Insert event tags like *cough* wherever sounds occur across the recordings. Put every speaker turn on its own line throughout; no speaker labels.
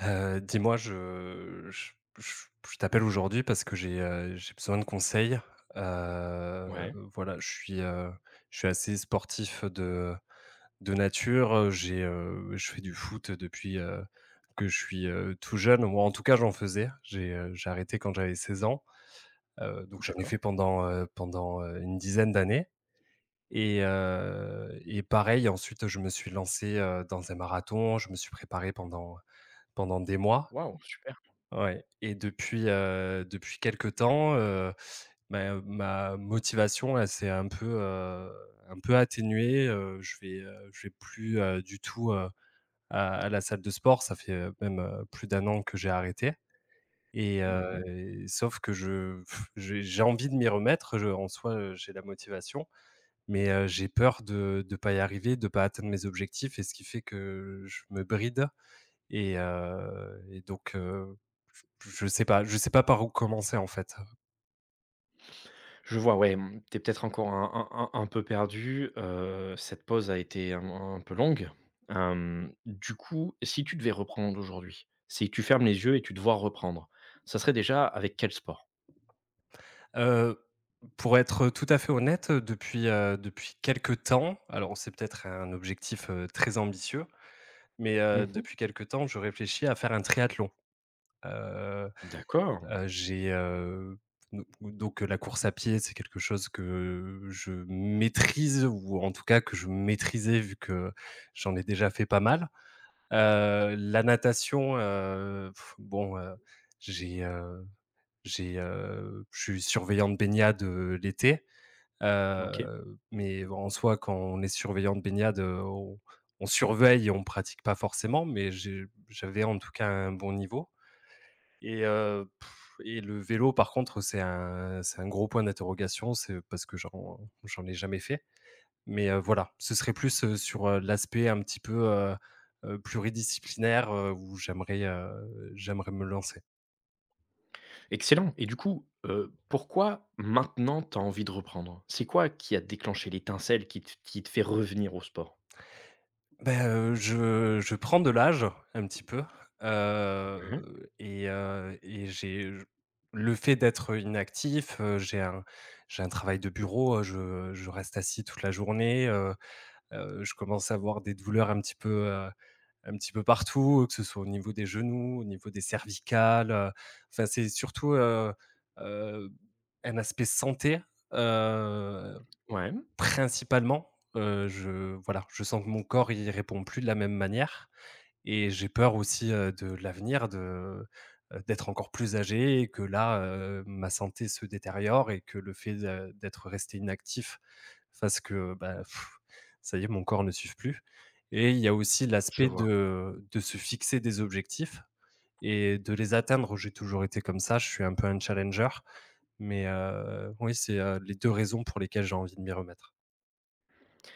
Dis-moi, je je t'appelle aujourd'hui parce que j'ai besoin de conseils. Heu,
Ouais,
voilà, je suis assez sportif de nature, je fais du foot depuis que je suis, tout jeune. Moi, en tout cas j'en faisais. J'ai arrêté quand j'avais 16 ans, donc j'en ai
d'accord.
fait pendant une dizaine d'années, et pareil ensuite je me suis lancé, dans un marathon, je me suis préparé pendant des mois.
Waouh, super.
Ouais, et depuis quelque temps, bah, ma motivation, elle s'est un peu atténuée. Je je vais plus, du tout, à la salle de sport. Ça fait, plus d'un an que j'ai arrêté, et
Mmh.
sauf que j'ai envie de m'y remettre. Je En soi, j'ai la motivation, mais j'ai peur de pas y arriver, de pas atteindre mes objectifs, et ce qui fait que je me bride. Et donc, je sais pas, je sais pas par où commencer, en fait.
Je vois, ouais, mmh, tu peut-être encore un peu perdu, cette pause a été un peu longue. Du coup, si tu devais reprendre aujourd'hui, si tu fermes les yeux et tu dois reprendre, ça serait déjà avec quel sport?
Heu, pour être tout à fait honnête, depuis quelque temps, alors c'est peut-être un objectif, très ambitieux, mais
Mmh.
depuis quelque temps, je réfléchis à faire un triathlon. Heu
D'accord,
heu, j'ai, heu, do donc la course à pied, c'est quelque chose que je maîtrise, ou en tout cas que je maîtrisais, vu que j'en ai déjà fait pas mal. La natation, bon, j'ai, heu je suis surveillant de baignade, l'été.
OK.
Mmh. Mais en soi, quand on est surveillant de baignade, on surveille et on pratique pas forcément, mais j'avais en tout cas un bon niveau. Et heu et le vélo par contre, c'est un gros point d'interrogation, c'est parce que j'en ai jamais fait. Mais voilà, ce serait plus, sur l'aspect un petit peu, pluridisciplinaire, où j'aimerais me lancer.
Excellent et du coup, pourquoi maintenant t'as envie de reprendre? C'est quoi qui a déclenché l'étincelle qui te fait revenir au sport?
Je prends de l'âge un petit peu,
Mmh.
et j'ai le fait d'être inactif. J'ai un travail de bureau, je reste assis toute la journée. Je commence à avoir des douleurs un petit peu partout, que ce soit au niveau des genoux, au niveau des cervicales, enfin c'est surtout, heu, un aspect santé, heu,
Ouais,
principalement. Je je sens que mon corps, il répond plus de la même manière. Et j'ai peur aussi, de l'avenir, d'être encore plus âgé et que là, ma santé se détériore et que le fait de d'être resté inactif fasse que, ça y est, mon corps ne suive plus. Et il y a aussi
je
l'aspect
vois.
de se fixer des objectifs et de les atteindre. J'ai toujours été comme ça, je suis un peu un challenger, mais, oui, c'est, les 2 raisons pour lesquelles j'ai envie de m'y remettre.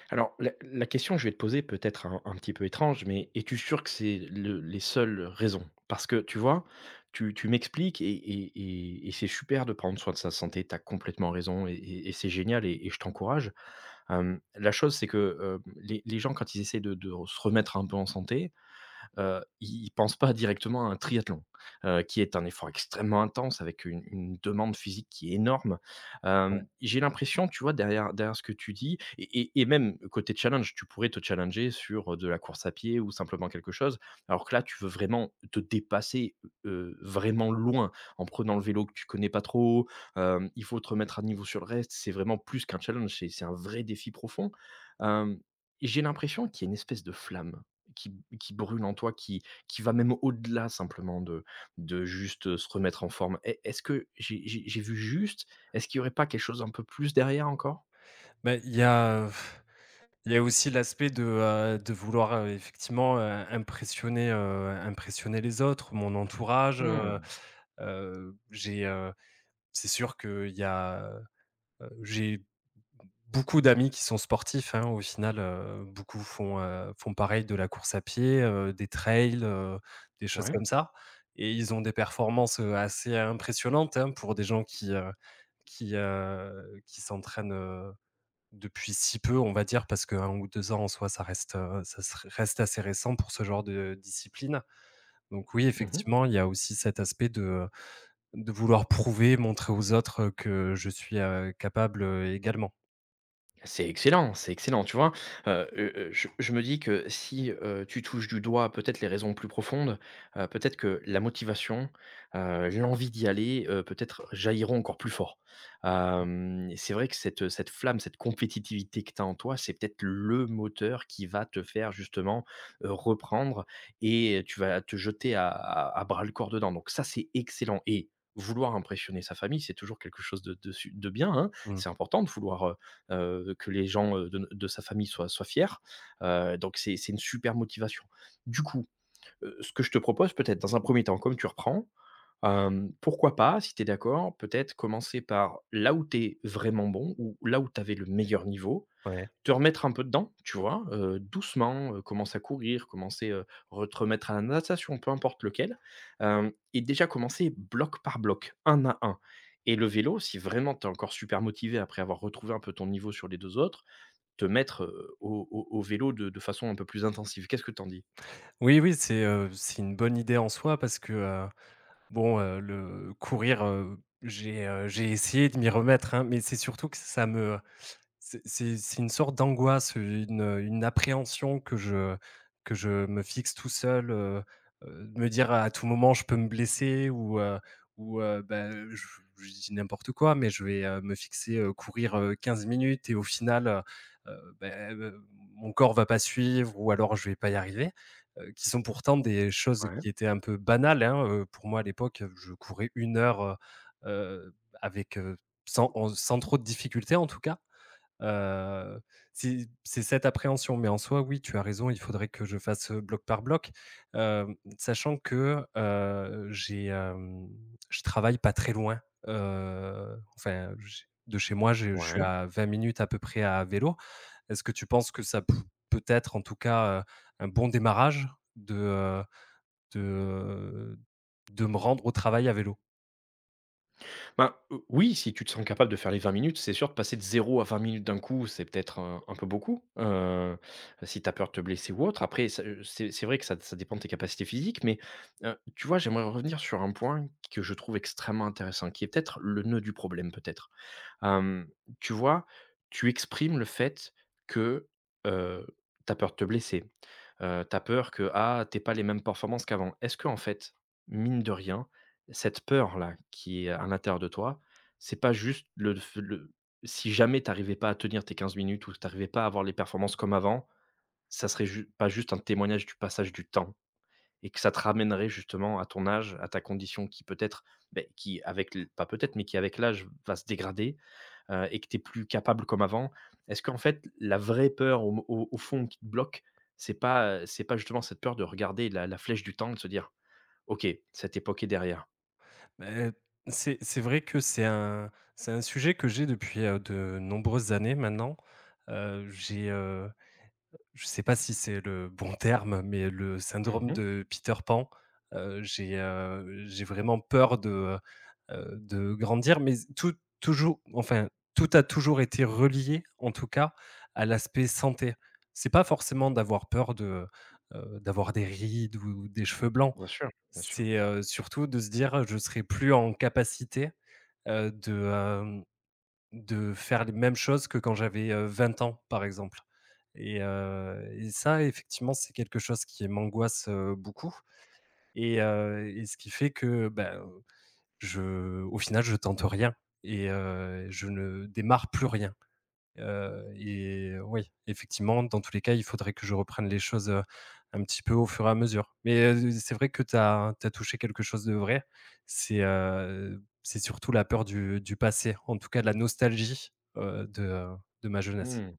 Alors, la question que je vais te poser peut être un petit peu étrange, mais es-tu sûr que c'est le les seules raisons? Parce que tu vois, tu m'expliques et c'est super de prendre soin de sa santé, tu as complètement raison et c'est génial et je t'encourage. La chose, c'est que, les gens quand ils essaient de se remettre un peu en santé, ils pensent pas directement à un triathlon, qui est un effort extrêmement intense avec une demande physique qui est énorme.
Ouais.
J'ai l'impression, tu vois, derrière ce que tu dis et même côté challenge, tu pourrais te challenger sur, de la course à pied ou simplement quelque chose, alors que là, tu veux vraiment te dépasser, vraiment loin en prenant le vélo que tu connais pas trop, il faut te remettre à niveau sur le reste. C'est vraiment plus qu'un challenge, c'est un vrai défi profond. Hem, j'ai l'impression qu'il y a une espèce de flamme qui brûle en toi, qui va même au-delà simplement de juste, se remettre en forme. Est-ce que j'ai vu juste? Est-ce qu'il y aurait pas quelque chose un peu plus derrière encore?
Bah, il y a Il y a aussi l'aspect de vouloir, effectivement, impressionner les autres, mon entourage.
Mmh,
Heu, j'ai, heu, c'est sûr que il y a, j'ai beaucoup d'amis qui sont sportifs, hein, au final, beaucoup font, font pareil de la course à pied, des trails, des choses
ouais.
comme ça, et ils ont des performances, assez impressionnantes, hein, pour des gens qui s'entraînent, depuis si peu, on va dire, parce qu'1 ou 2 ans en soi, ça reste, ça se reste assez récent pour ce genre de discipline. Donc oui,
Mmh.
effectivement, il y a aussi cet aspect de vouloir prouver, montrer aux autres, que je suis, capable, également.
C'est excellent, tu vois? Je me dis que si, tu touches du doigt peut-être les raisons plus profondes, peut-être que la motivation, l'envie d'y aller, peut-être jailliront encore plus fort. C'est vrai que cette flamme, cette compétitivité que tu as en toi, c'est peut-être le moteur qui va te faire justement, reprendre et tu vas te jeter à à bras le corps dedans, donc ça, c'est excellent et vouloir impressionner sa famille, c'est toujours quelque chose de bien, hein.
Mmh,
C'est important de vouloir, que les gens, de no, de sa famille soient fiers, donc c'est une super motivation. Du coup, ce que je te propose peut-être dans un premier temps, comme tu reprends, pourquoi pas, si tu es d'accord, peut-être commencer par là où tu es vraiment bon ou là où tu avais le meilleur niveau,
ouais.
te remettre un peu dedans, tu vois? Doucement, commencer à courir, re te remettre à la natation, peu importe lequel, hem et déjà commencer bloc par bloc, un à un. Et le vélo, si vraiment tu es encore super motivé après avoir retrouvé un peu ton niveau sur les 2 autres, te mettre, au au vélo de façon un peu plus intensive. Qu'est-ce que t'en dis?
Oui, oui, c'est une bonne idée en soi parce que, le courir, j'ai essayé de m'y remettre, hein, mais c'est surtout que ça me... C'est une sorte d'angoisse, une appréhension que je me fixe tout seul. De me dire: «À tout moment, je peux me blesser», ou bah, je dis n'importe quoi, mais je vais, me fixer, courir, 15 minutes et au final, heu, bah, heu, mon corps va pas suivre, ou alors je vais pas y arriver, qui sont pourtant des choses
Ouais,
qui étaient un peu banales, hein, pour moi à l'époque, je courais une heure, heu, avec, heu, sans trop de difficultés en tout cas. Heu, c'est cette appréhension, mais en soi, oui, tu as raison, il faudrait que je fasse, bloc par bloc. Sachant que, je travaille pas très loin, enfin, j de chez moi, je suis
ouais.
à 20 minutes à peu près à vélo. Est-ce que tu penses que ça p peut être, en tout cas, un bon démarrage de, heu, de, de me rendre au travail à vélo?
Ben, oui, si tu te sens capable de faire les 20 minutes, c'est sûr de passer de zéro à 20 minutes d'un coup, c'est peut-être un peu beaucoup, si tu as peur de te blesser ou autre. Après ça, c'est vrai que ça dépend de tes capacités physiques, mais, tu vois, j'aimerais revenir sur un point que je trouve extrêmement intéressant, qui est peut-être le nœud du problème, peut-être. Hem, Tu vois, tu exprimes le fait que, heu, tu as peur de te blesser, tu as peur que, ah, tu pas les mêmes performances qu'avant. Est-ce que en fait, mine de rien, cette peur-là qui est à l'intérieur de toi, c'est pas juste le si jamais tu pas à tenir tes 15 minutes ou tu pas à avoir les performances comme avant, ça serait ju pas juste un témoignage du passage du temps et que ça te ramènerait justement à ton âge, à ta condition qui peut-être, beh, qui avec l pas peut-être, mais qui avec l'âge va se dégrader et que tu es plus capable comme avant, est-ce qu'en fait, la vraie peur au fond qui te bloque, c'est pas justement cette peur de regarder la flèche du temps, de se dire, OK, cette époque est derrière.
Beh, c'est vrai que c'est un sujet que j'ai depuis, de nombreuses années maintenant. Heu, j'ai, heu, je sais pas si c'est le bon terme, mais le syndrome
Mhm.
de Peter Pan. J'ai vraiment peur de grandir, mais toujours enfin, tout a toujours été relié, en tout cas, à l'aspect santé. C'est pas forcément d'avoir peur de, d'avoir des rides ou des cheveux blancs.
Bien sûr, bien sûr.
C'est, surtout de se dire: «Je serai plus en capacité, heu, de, hem, de faire les mêmes choses que quand j'avais, 20 ans», par exemple, et ça, effectivement, c'est quelque chose qui m'angoisse, beaucoup. Et ce qui fait que, bah, je au final, je tente rien, et je ne démarre plus rien. Oui, effectivement, dans tous les cas, il faudrait que je reprenne les choses, un petit peu au fur et à mesure. Mais, c'est vrai que tu as touché quelque chose de vrai. C'est surtout la peur du passé, en tout cas la nostalgie, de ma jeunesse.
Hmm.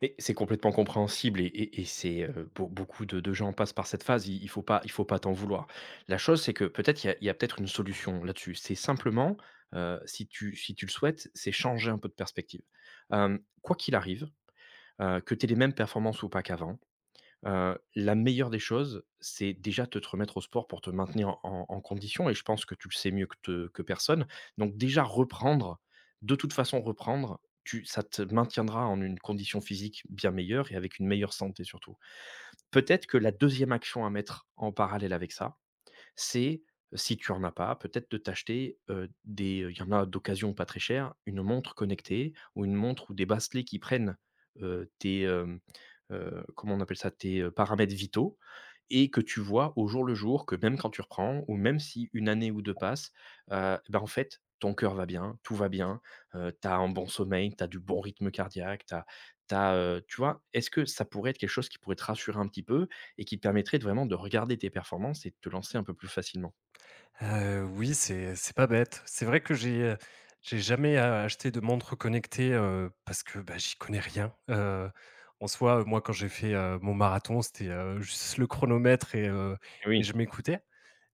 Mais c'est complètement compréhensible et c'est beaucoup de gens passent par cette phase. Il faut pas, il faut pas t'en vouloir. La chose, c'est que peut-être il y a peut-être une solution là-dessus. C'est simplement, si tu, si tu le souhaites, c'est changer un peu de perspective. Quoi qu'il arrive, que tu aies les mêmes performances ou pas qu'avant, la meilleure des choses, c'est déjà de te remettre au sport pour te maintenir en condition et je pense que tu le sais mieux que personne. Donc déjà reprendre, de toute façon reprendre, tu ça te maintiendra en une condition physique bien meilleure et avec une meilleure santé surtout. Peut-être que la deuxième action à mettre en parallèle avec ça c'est si tu en as pas, peut-être de t'acheter, des il y en a d'occasion pas très cher, une montre connectée ou une montre ou des bracelets qui prennent, tes, comment on appelle ça? Tes, paramètres vitaux et que tu vois au jour le jour que même quand tu reprends ou même si une année ou 2 passent, bah, en fait, ton cœur va bien, tout va bien, tu as un bon sommeil, tu as du bon rythme cardiaque, t'as, tu tu vois? Est-ce que ça pourrait être quelque chose qui pourrait te rassurer un petit peu et qui te permettrait de vraiment de regarder tes performances et de te lancer un peu plus facilement.
Oui, c'est pas bête. C'est vrai que j'ai jamais a acheté de montre connectée, parce que, bah, j'y connais rien. En soi, moi, quand j'ai fait, mon marathon, c'était, juste le chronomètre, et
Oui,
je m'écoutais.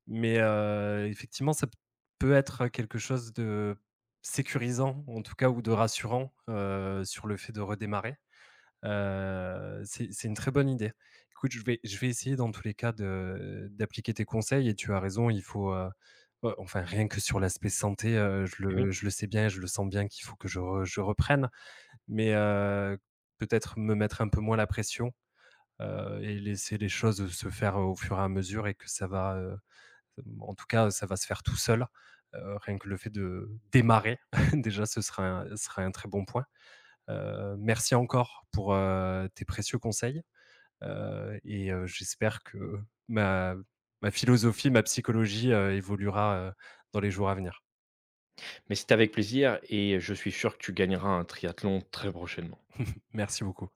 Mais effectivement, ça p peut être quelque chose de sécurisant, en tout cas, ou de rassurant, sur le fait de redémarrer. C'est une très bonne idée. Écoute, je vais essayer dans tous les cas de d'appliquer tes conseils, et tu as raison, il faut, enfin, rien que sur l'aspect santé, je
oui,
le je le sais bien et je le sens bien qu'il faut que je reprenne. Mais peut-être me mettre un peu moins la pression, et laisser les choses se faire au fur et à mesure, et que ça va, en tout cas, ça va se faire tout seul. Rien que le fait de démarrer, *laughs* déjà ce serait un très bon point. Merci encore pour, tes précieux conseils, et j'espère que ma ma philosophie, ma psychologie, évoluera, dans les jours à venir.
mais c'est avec plaisir et je suis sûr que tu gagneras un triathlon très prochainement.
Merci beaucoup.